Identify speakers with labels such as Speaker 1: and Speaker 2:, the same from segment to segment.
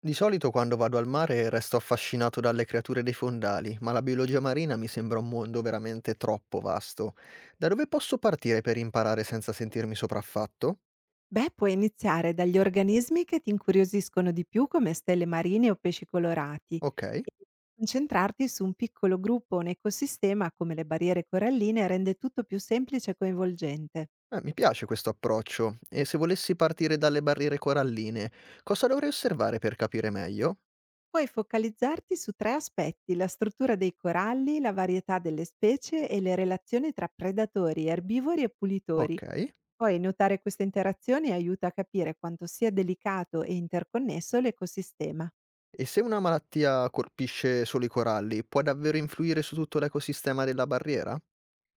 Speaker 1: Di solito quando vado al mare resto affascinato dalle creature dei fondali, ma la biologia marina mi sembra un mondo veramente troppo vasto. Da dove posso partire per imparare senza sentirmi sopraffatto?
Speaker 2: Beh, puoi iniziare dagli organismi che ti incuriosiscono di più come stelle marine o pesci colorati
Speaker 1: Ok,
Speaker 2: e concentrarti su un piccolo gruppo o un ecosistema come le barriere coralline rende tutto più semplice e coinvolgente.
Speaker 1: mi piace questo approccio. E se volessi partire dalle barriere coralline, cosa dovrei osservare per capire meglio?
Speaker 2: Puoi focalizzarti su tre aspetti, la struttura dei coralli, la varietà delle specie e le relazioni tra predatori, erbivori e pulitori.
Speaker 1: Ok.
Speaker 2: Poi notare queste interazioni aiuta a capire quanto sia delicato e interconnesso l'ecosistema.
Speaker 1: E se una malattia colpisce solo i coralli, può davvero influire su tutto l'ecosistema della barriera?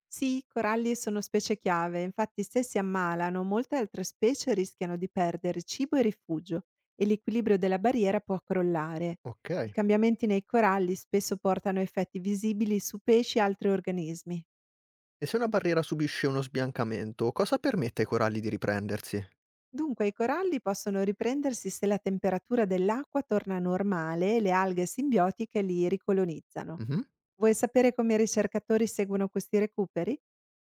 Speaker 2: Sì, i coralli sono specie chiave, infatti se si ammalano molte altre specie rischiano di perdere cibo e rifugio e l'equilibrio della barriera può crollare.
Speaker 1: Ok.
Speaker 2: I cambiamenti nei coralli spesso portano effetti visibili su pesci e altri organismi.
Speaker 1: E se una barriera subisce uno sbiancamento, cosa permette ai coralli di riprendersi?
Speaker 2: Dunque i coralli possono riprendersi se la temperatura dell'acqua torna normale e le alghe simbiotiche li ricolonizzano.
Speaker 1: Mh-mh.
Speaker 2: Vuoi sapere come i ricercatori seguono questi recuperi?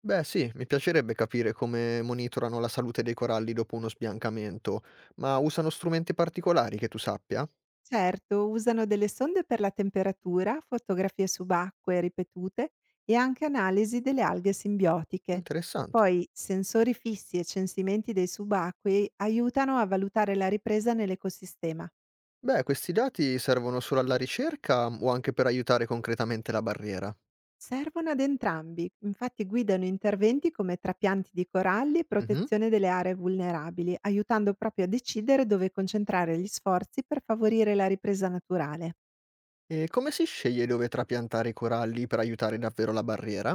Speaker 1: Beh sì, mi piacerebbe capire come monitorano la salute dei coralli dopo uno sbiancamento, ma usano strumenti particolari che tu sappia?
Speaker 2: Certo, usano delle sonde per la temperatura, fotografie subacquee ripetute e anche analisi delle alghe simbiotiche.
Speaker 1: Interessante.
Speaker 2: Poi sensori fissi e censimenti dei subacquei aiutano a valutare la ripresa nell'ecosistema.
Speaker 1: Beh, questi dati servono solo alla ricerca o anche per aiutare concretamente la barriera?
Speaker 2: Servono ad entrambi, infatti guidano interventi come trapianti di coralli e
Speaker 1: Mh-mh.
Speaker 2: protezione delle aree vulnerabili, aiutando proprio a decidere dove concentrare gli sforzi per favorire la ripresa naturale.
Speaker 1: E come si sceglie dove trapiantare i coralli per aiutare davvero la barriera?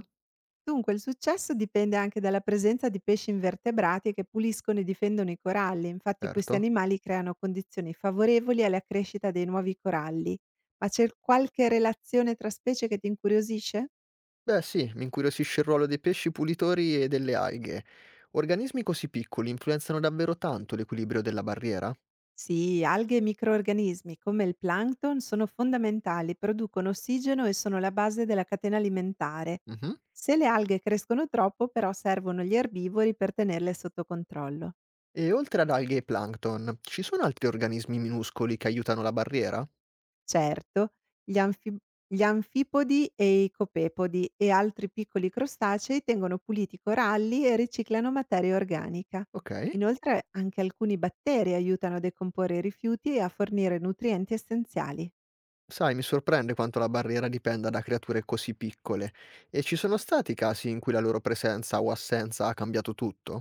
Speaker 2: Dunque, il successo dipende anche dalla presenza di pesci invertebrati che puliscono e difendono i coralli. Infatti, questi
Speaker 1: Certo.
Speaker 2: animali creano condizioni favorevoli alla crescita dei nuovi coralli. Ma c'è qualche relazione tra specie che ti incuriosisce?
Speaker 1: Beh sì, mi incuriosisce il ruolo dei pesci pulitori e delle alghe. Organismi così piccoli influenzano davvero tanto l'equilibrio della barriera?
Speaker 2: Sì, alghe e microrganismi come il plankton sono fondamentali, producono ossigeno e sono la base della catena alimentare.
Speaker 1: Mh-mh.
Speaker 2: Se le alghe crescono troppo, però servono gli erbivori per tenerle sotto controllo.
Speaker 1: E oltre ad alghe e plancton, ci sono altri organismi minuscoli che aiutano la barriera?
Speaker 2: Certo, gli anfib gli anfipodi e i copepodi e altri piccoli crostacei tengono puliti i coralli e riciclano materia organica.
Speaker 1: Ok.
Speaker 2: Inoltre anche alcuni batteri aiutano a decomporre i rifiuti e a fornire nutrienti essenziali.
Speaker 1: Sai, mi sorprende quanto la barriera dipenda da creature così piccole. E ci sono stati casi in cui la loro presenza o assenza ha cambiato tutto?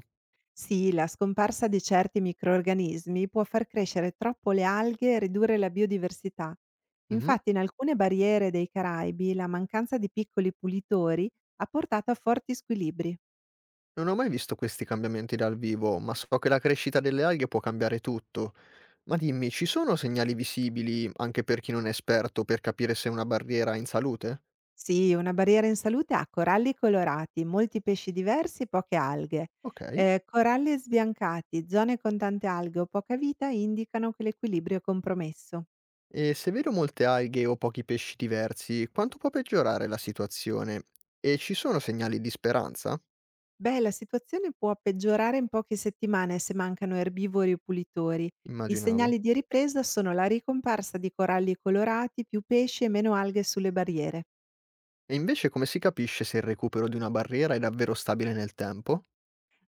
Speaker 2: Sì, la scomparsa di certi microrganismi può far crescere troppo le alghe e ridurre la biodiversità.
Speaker 1: Mhm.
Speaker 2: Infatti in alcune barriere dei Caraibi la mancanza di piccoli pulitori ha portato a forti squilibri.
Speaker 1: Non ho mai visto questi cambiamenti dal vivo, ma so che la crescita delle alghe può cambiare tutto. Ma dimmi, ci sono segnali visibili anche per chi non è esperto per capire se una barriera è in salute?
Speaker 2: Sì, una barriera in salute ha coralli colorati, molti pesci diversi e poche alghe.
Speaker 1: Ok.
Speaker 2: Coralli sbiancati, zone con tante alghe o poca vita indicano che l'equilibrio è compromesso.
Speaker 1: E se vedo molte alghe o pochi pesci diversi, quanto può peggiorare la situazione? E ci sono segnali di speranza?
Speaker 2: Beh, la situazione può peggiorare in poche settimane se mancano erbivori o pulitori. I
Speaker 1: Immaginavo.
Speaker 2: segnali di ripresa sono la ricomparsa di coralli colorati, più pesci e meno alghe sulle barriere.
Speaker 1: E invece come si capisce se il recupero di una barriera è davvero stabile nel tempo?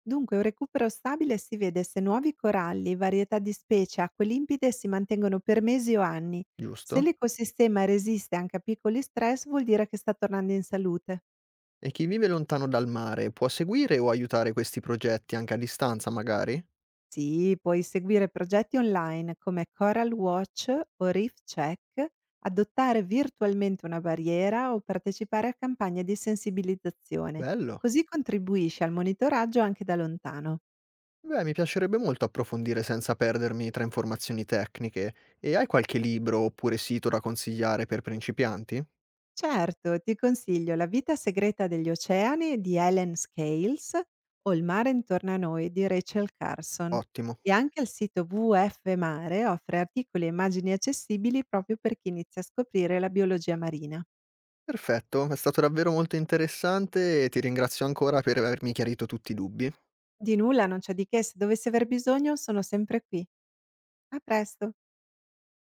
Speaker 2: Dunque, un recupero stabile si vede se nuovi coralli, varietà di specie, acque limpide si mantengono per mesi o anni. Se
Speaker 1: Giusto?
Speaker 2: l'ecosistema resiste anche a piccoli stress, vuol dire che sta tornando in salute.
Speaker 1: E chi vive lontano dal mare può seguire o aiutare questi progetti anche a distanza, magari?
Speaker 2: Sì, puoi seguire progetti online come Coral Watch o Reef Check, adottare virtualmente una barriera o partecipare a campagne di sensibilizzazione.
Speaker 1: Bello.
Speaker 2: Così contribuisci al monitoraggio anche da lontano.
Speaker 1: Beh, mi piacerebbe molto approfondire senza perdermi tra informazioni tecniche. E hai qualche libro oppure sito da consigliare per principianti?
Speaker 2: Certo, ti consiglio La vita segreta degli oceani di Helen Scales o Il mare intorno a noi di Rachel Carson.
Speaker 1: Ottimo.
Speaker 2: E anche il sito WF Mare offre articoli e immagini accessibili proprio per chi inizia a scoprire la biologia marina.
Speaker 1: Perfetto, è stato davvero molto interessante e ti ringrazio ancora per avermi chiarito tutti i dubbi.
Speaker 2: Di nulla, non c'è di che, se dovessi aver bisogno sono sempre qui. A presto!